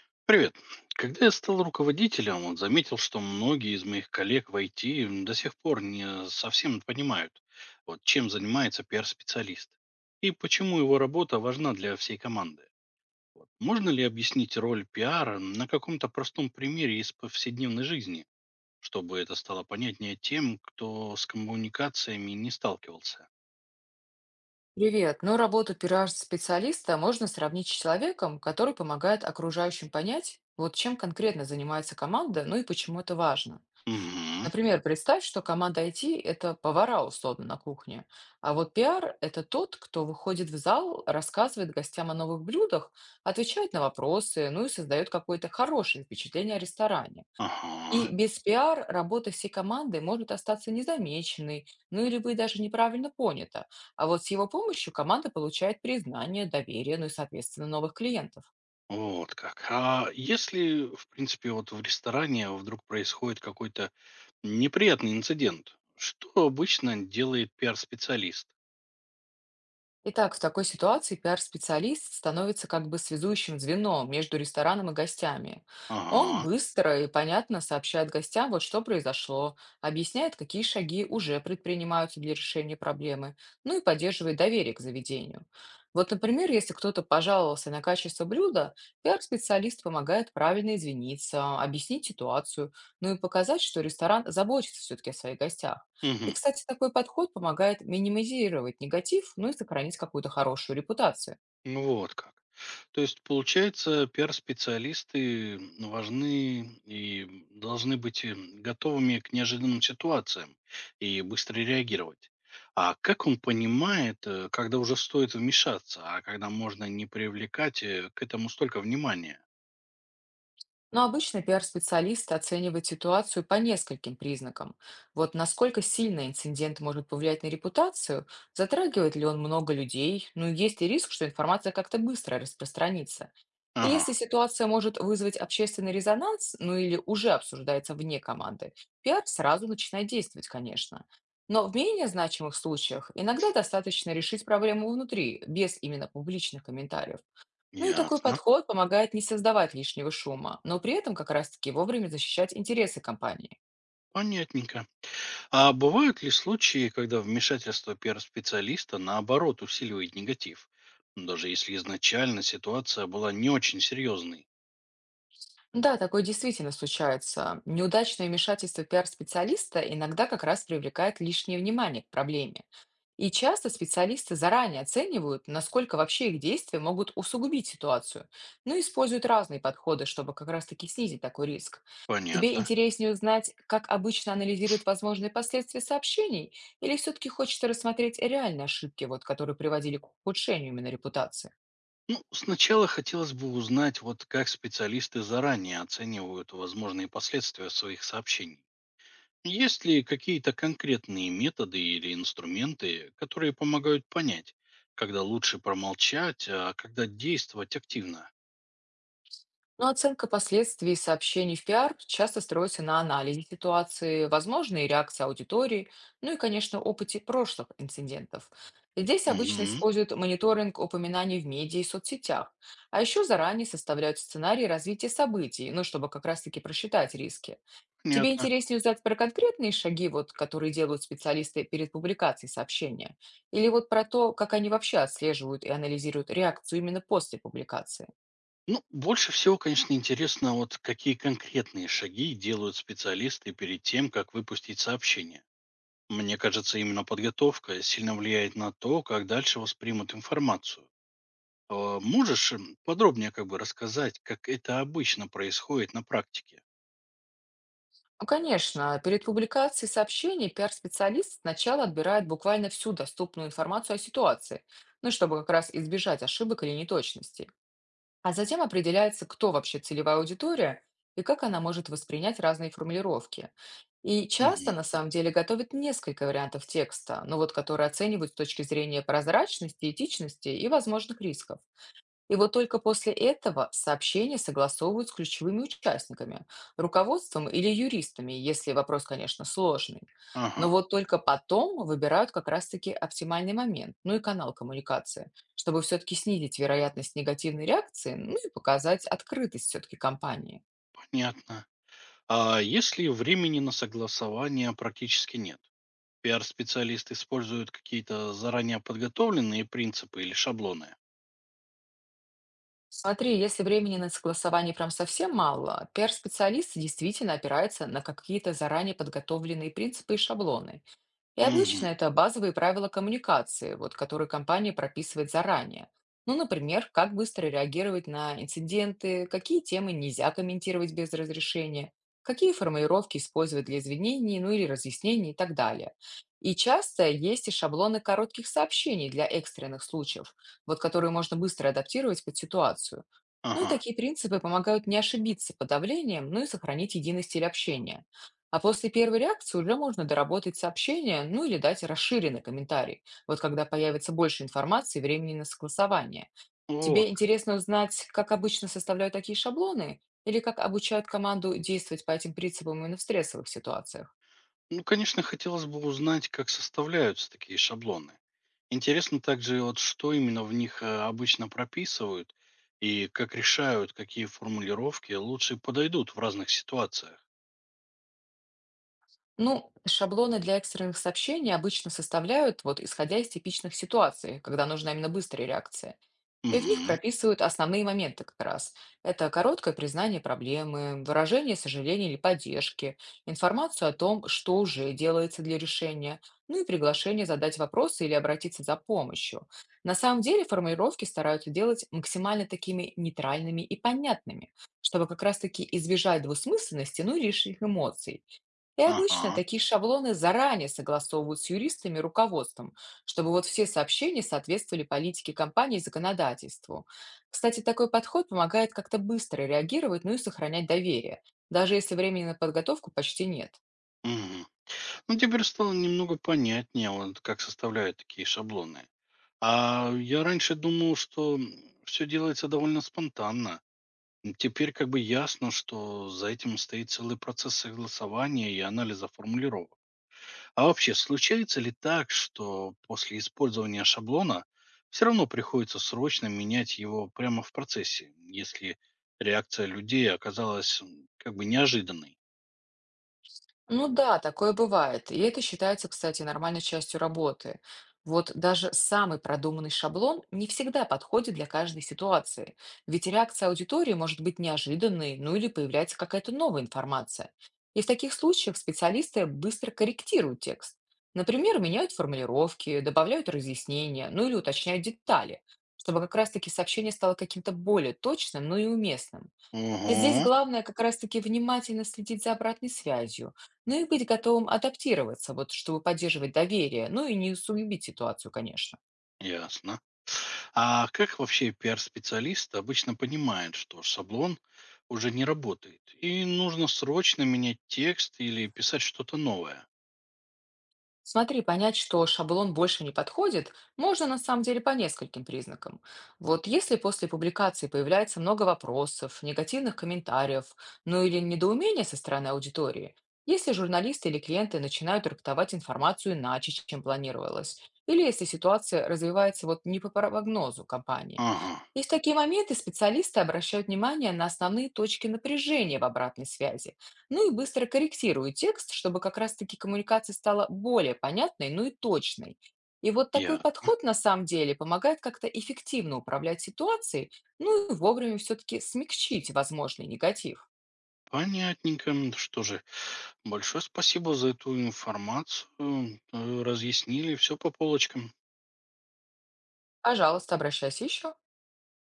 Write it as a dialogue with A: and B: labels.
A: Привет. Когда я стал руководителем, он заметил, что многие из моих коллег в IT до сих пор не совсем понимают, вот, чем занимается пиар-специалист и почему его работа важна для всей команды. Вот, можно ли объяснить роль пиара на каком-то простом примере из повседневной жизни, чтобы это стало понятнее тем, кто с коммуникациями не сталкивался?
B: Привет. Ну, работу пиар-специалиста можно сравнить с человеком, который помогает окружающим понять, вот чем конкретно занимается команда, ну и почему это важно.
A: Угу.
B: Например, представь, что команда IT – это повара, условно, на кухне, а вот пиар – это тот, кто выходит в зал, рассказывает гостям о новых блюдах, отвечает на вопросы, ну и создает какое-то хорошее впечатление о ресторане.
A: Ага.
B: И без пиар работа всей команды может остаться незамеченной, ну или быть даже неправильно понята. А вот с его помощью команда получает признание, доверие, ну и, соответственно, новых клиентов.
A: Вот как. А если, в принципе, вот в ресторане вдруг происходит какой-то неприятный инцидент. Что обычно делает пиар-специалист?
B: Итак, в такой ситуации пиар-специалист становится как бы связующим звеном между рестораном и гостями. Он
A: Ага.
B: быстро и понятно сообщает гостям, вот что произошло, объясняет, какие шаги уже предпринимаются для решения проблемы, ну и поддерживает доверие к заведению. Вот, например, если кто-то пожаловался на качество блюда, пиар-специалист помогает правильно извиниться, объяснить ситуацию, ну и показать, что ресторан заботится все-таки о своих гостях. И,
A: Мгм.
B: кстати, такой подход помогает минимизировать негатив, ну и сохранить какую-то хорошую репутацию.
A: Ну вот как. То есть, получается, пиар-специалисты важны и должны быть готовыми к неожиданным ситуациям и быстро реагировать. А как он понимает, когда уже стоит вмешаться, а когда можно не привлекать к этому столько внимания?
B: Но обычно пиар-специалист оценивает ситуацию по нескольким признакам. Вот насколько сильно инцидент может повлиять на репутацию, затрагивает ли он много людей, ну и есть ли риск, что информация как-то быстро распространится. И
A: Ага,
B: Если ситуация может вызвать общественный резонанс, ну или уже обсуждается вне команды, пиар сразу начинает действовать, конечно. Но в менее значимых случаях иногда достаточно решить проблему внутри, без именно публичных комментариев. Ну и такой
A: ясно.
B: подход помогает не создавать лишнего шума, но при этом как раз-таки вовремя защищать интересы компании.
A: Понятненько. А бывают ли случаи, когда вмешательство пиар-специалиста наоборот усиливает негатив? Ну, даже если изначально ситуация была не очень серьезной.
B: Да, такое действительно случается. Неудачное вмешательство пиар-специалиста иногда как раз привлекает лишнее внимание к проблеме. И часто специалисты заранее оценивают, насколько вообще их действия могут усугубить ситуацию, но используют разные подходы, чтобы как раз-таки снизить такой риск. Тебе
A: Понятно.
B: интереснее узнать, как обычно анализируют возможные последствия сообщений, или все-таки хочется рассмотреть реальные ошибки, вот, которые приводили к ухудшению именно репутации?
A: Ну, сначала хотелось бы узнать, вот как специалисты заранее оценивают возможные последствия своих сообщений. Есть ли какие-то конкретные методы или инструменты, которые помогают понять, когда лучше промолчать, а когда действовать активно?
B: Но оценка последствий сообщений в пиар часто строится на анализе ситуации, возможной реакции аудитории, ну и, конечно, опыте прошлых инцидентов. Здесь обычно
A: Угу,
B: используют мониторинг упоминаний в медиа и соцсетях, а еще заранее составляют сценарий развития событий, ну, чтобы как раз-таки просчитать риски. Тебе
A: понятно.
B: интереснее узнать про конкретные шаги, вот, которые делают специалисты перед публикацией сообщения, или вот про то, как они вообще отслеживают и анализируют реакцию именно после публикации?
A: Ну, больше всего, конечно, интересно, вот какие конкретные шаги делают специалисты перед тем, как выпустить сообщение. Мне кажется, именно подготовка сильно влияет на то, как дальше воспримут информацию. А можешь подробнее как бы рассказать, как это обычно происходит на практике?
B: Ну, конечно, перед публикацией сообщений пиар-специалист сначала отбирает буквально всю доступную информацию о ситуации, ну, чтобы как раз избежать ошибок или неточностей. А затем определяется, кто вообще целевая аудитория и как она может воспринять разные формулировки. И часто, на
A: Мгм.
B: самом деле, готовят несколько вариантов текста, но вот которые оценивают с точки зрения прозрачности, этичности и возможных рисков. И вот только после этого сообщение согласовывают с ключевыми участниками, руководством или юристами, если вопрос, конечно, сложный.
A: Ага,
B: Но вот только потом выбирают как раз-таки оптимальный момент, ну и канал коммуникации, чтобы все-таки снизить вероятность негативной реакции, ну и показать открытость все-таки компании.
A: понятно. А если времени на согласование практически нет? Пиар-специалисты используют какие-то заранее подготовленные принципы или шаблоны?
B: Смотри, если времени на согласование прям совсем мало, пиар-специалисты действительно опираются на какие-то заранее подготовленные принципы и шаблоны. И
A: Мгм.
B: обычно это базовые правила коммуникации, вот, которые компания прописывает заранее. Ну, например, как быстро реагировать на инциденты, какие темы нельзя комментировать без разрешения, какие формулировки использовать для извинений, ну или разъяснений и так далее. И часто есть и шаблоны коротких сообщений для экстренных случаев, вот которые можно быстро адаптировать под ситуацию. Ну и
A: Ага.
B: такие принципы помогают не ошибиться под давлением, ну и сохранить единый стиль общения. А после первой реакции уже можно доработать сообщение, ну или дать расширенный комментарий, вот когда появится больше информации и времени на согласование.
A: Вот.
B: Тебе интересно узнать, как обычно составляют такие шаблоны или как обучают команду действовать по этим принципам именно в стрессовых ситуациях?
A: Ну, конечно, хотелось бы узнать, как составляются такие шаблоны. Интересно также, вот что именно в них обычно прописывают и как решают, какие формулировки лучше подойдут в разных ситуациях.
B: Ну, шаблоны для экстренных сообщений обычно составляют, вот исходя из типичных ситуаций, когда нужна именно быстрая реакция. И в них
A: Угу,
B: прописывают основные моменты как раз. Это короткое признание проблемы, выражение сожаления или поддержки, информацию о том, что уже делается для решения, ну и приглашение задать вопросы или обратиться за помощью. На самом деле формулировки стараются делать максимально такими нейтральными и понятными, чтобы как раз-таки избежать двусмысленности, ну и лишних эмоций. И обычно
A: ага,
B: такие шаблоны заранее согласовывают с юристами и руководством, чтобы вот все сообщения соответствовали политике компании и законодательству. Кстати, такой подход помогает как-то быстро реагировать, ну и сохранять доверие, даже если времени на подготовку почти нет.
A: мгм. Ну, теперь стало немного понятнее, вот, как составляют такие шаблоны. А я раньше думал, что все делается довольно спонтанно. Теперь как бы ясно, что за этим стоит целый процесс согласования и анализа формулировок. А вообще, случается ли так, что после использования шаблона все равно приходится срочно менять его прямо в процессе, если реакция людей оказалась как бы неожиданной?
B: Ну да, такое бывает. И это считается, кстати, нормальной частью работы. Вот даже самый продуманный шаблон не всегда подходит для каждой ситуации, ведь реакция аудитории может быть неожиданной, ну или появляется какая-то новая информация. И в таких случаях специалисты быстро корректируют текст. Например, меняют формулировки, добавляют разъяснения, ну или уточняют детали, чтобы как раз-таки сообщение стало каким-то более точным, но и уместным. Здесь
A: Угу,
B: главное как раз-таки внимательно следить за обратной связью, ну и быть готовым адаптироваться, вот чтобы поддерживать доверие, ну и не усугубить ситуацию, конечно.
A: ясно. А как вообще пиар-специалист обычно понимает, что шаблон уже не работает и нужно срочно менять текст или писать что-то новое?
B: Смотри, понять, что шаблон больше не подходит, можно на самом деле по нескольким признакам. Вот если после публикации появляется много вопросов, негативных комментариев, ну или недоумения со стороны аудитории, если журналисты или клиенты начинают трактовать информацию иначе, чем планировалось, или если ситуация развивается вот не по прогнозу компании.
A: Ага,
B: И в такие моменты специалисты обращают внимание на основные точки напряжения в обратной связи. Ну и быстро корректирую текст, чтобы как раз-таки коммуникация стала более понятной, ну и точной. И вот такой
A: я
B: подход на самом деле помогает как-то эффективно управлять ситуацией, ну и вовремя все-таки смягчить возможный негатив.
A: понятненько. Что же, большое спасибо за эту информацию. Разъяснили все по полочкам.
B: Пожалуйста, обращайся еще.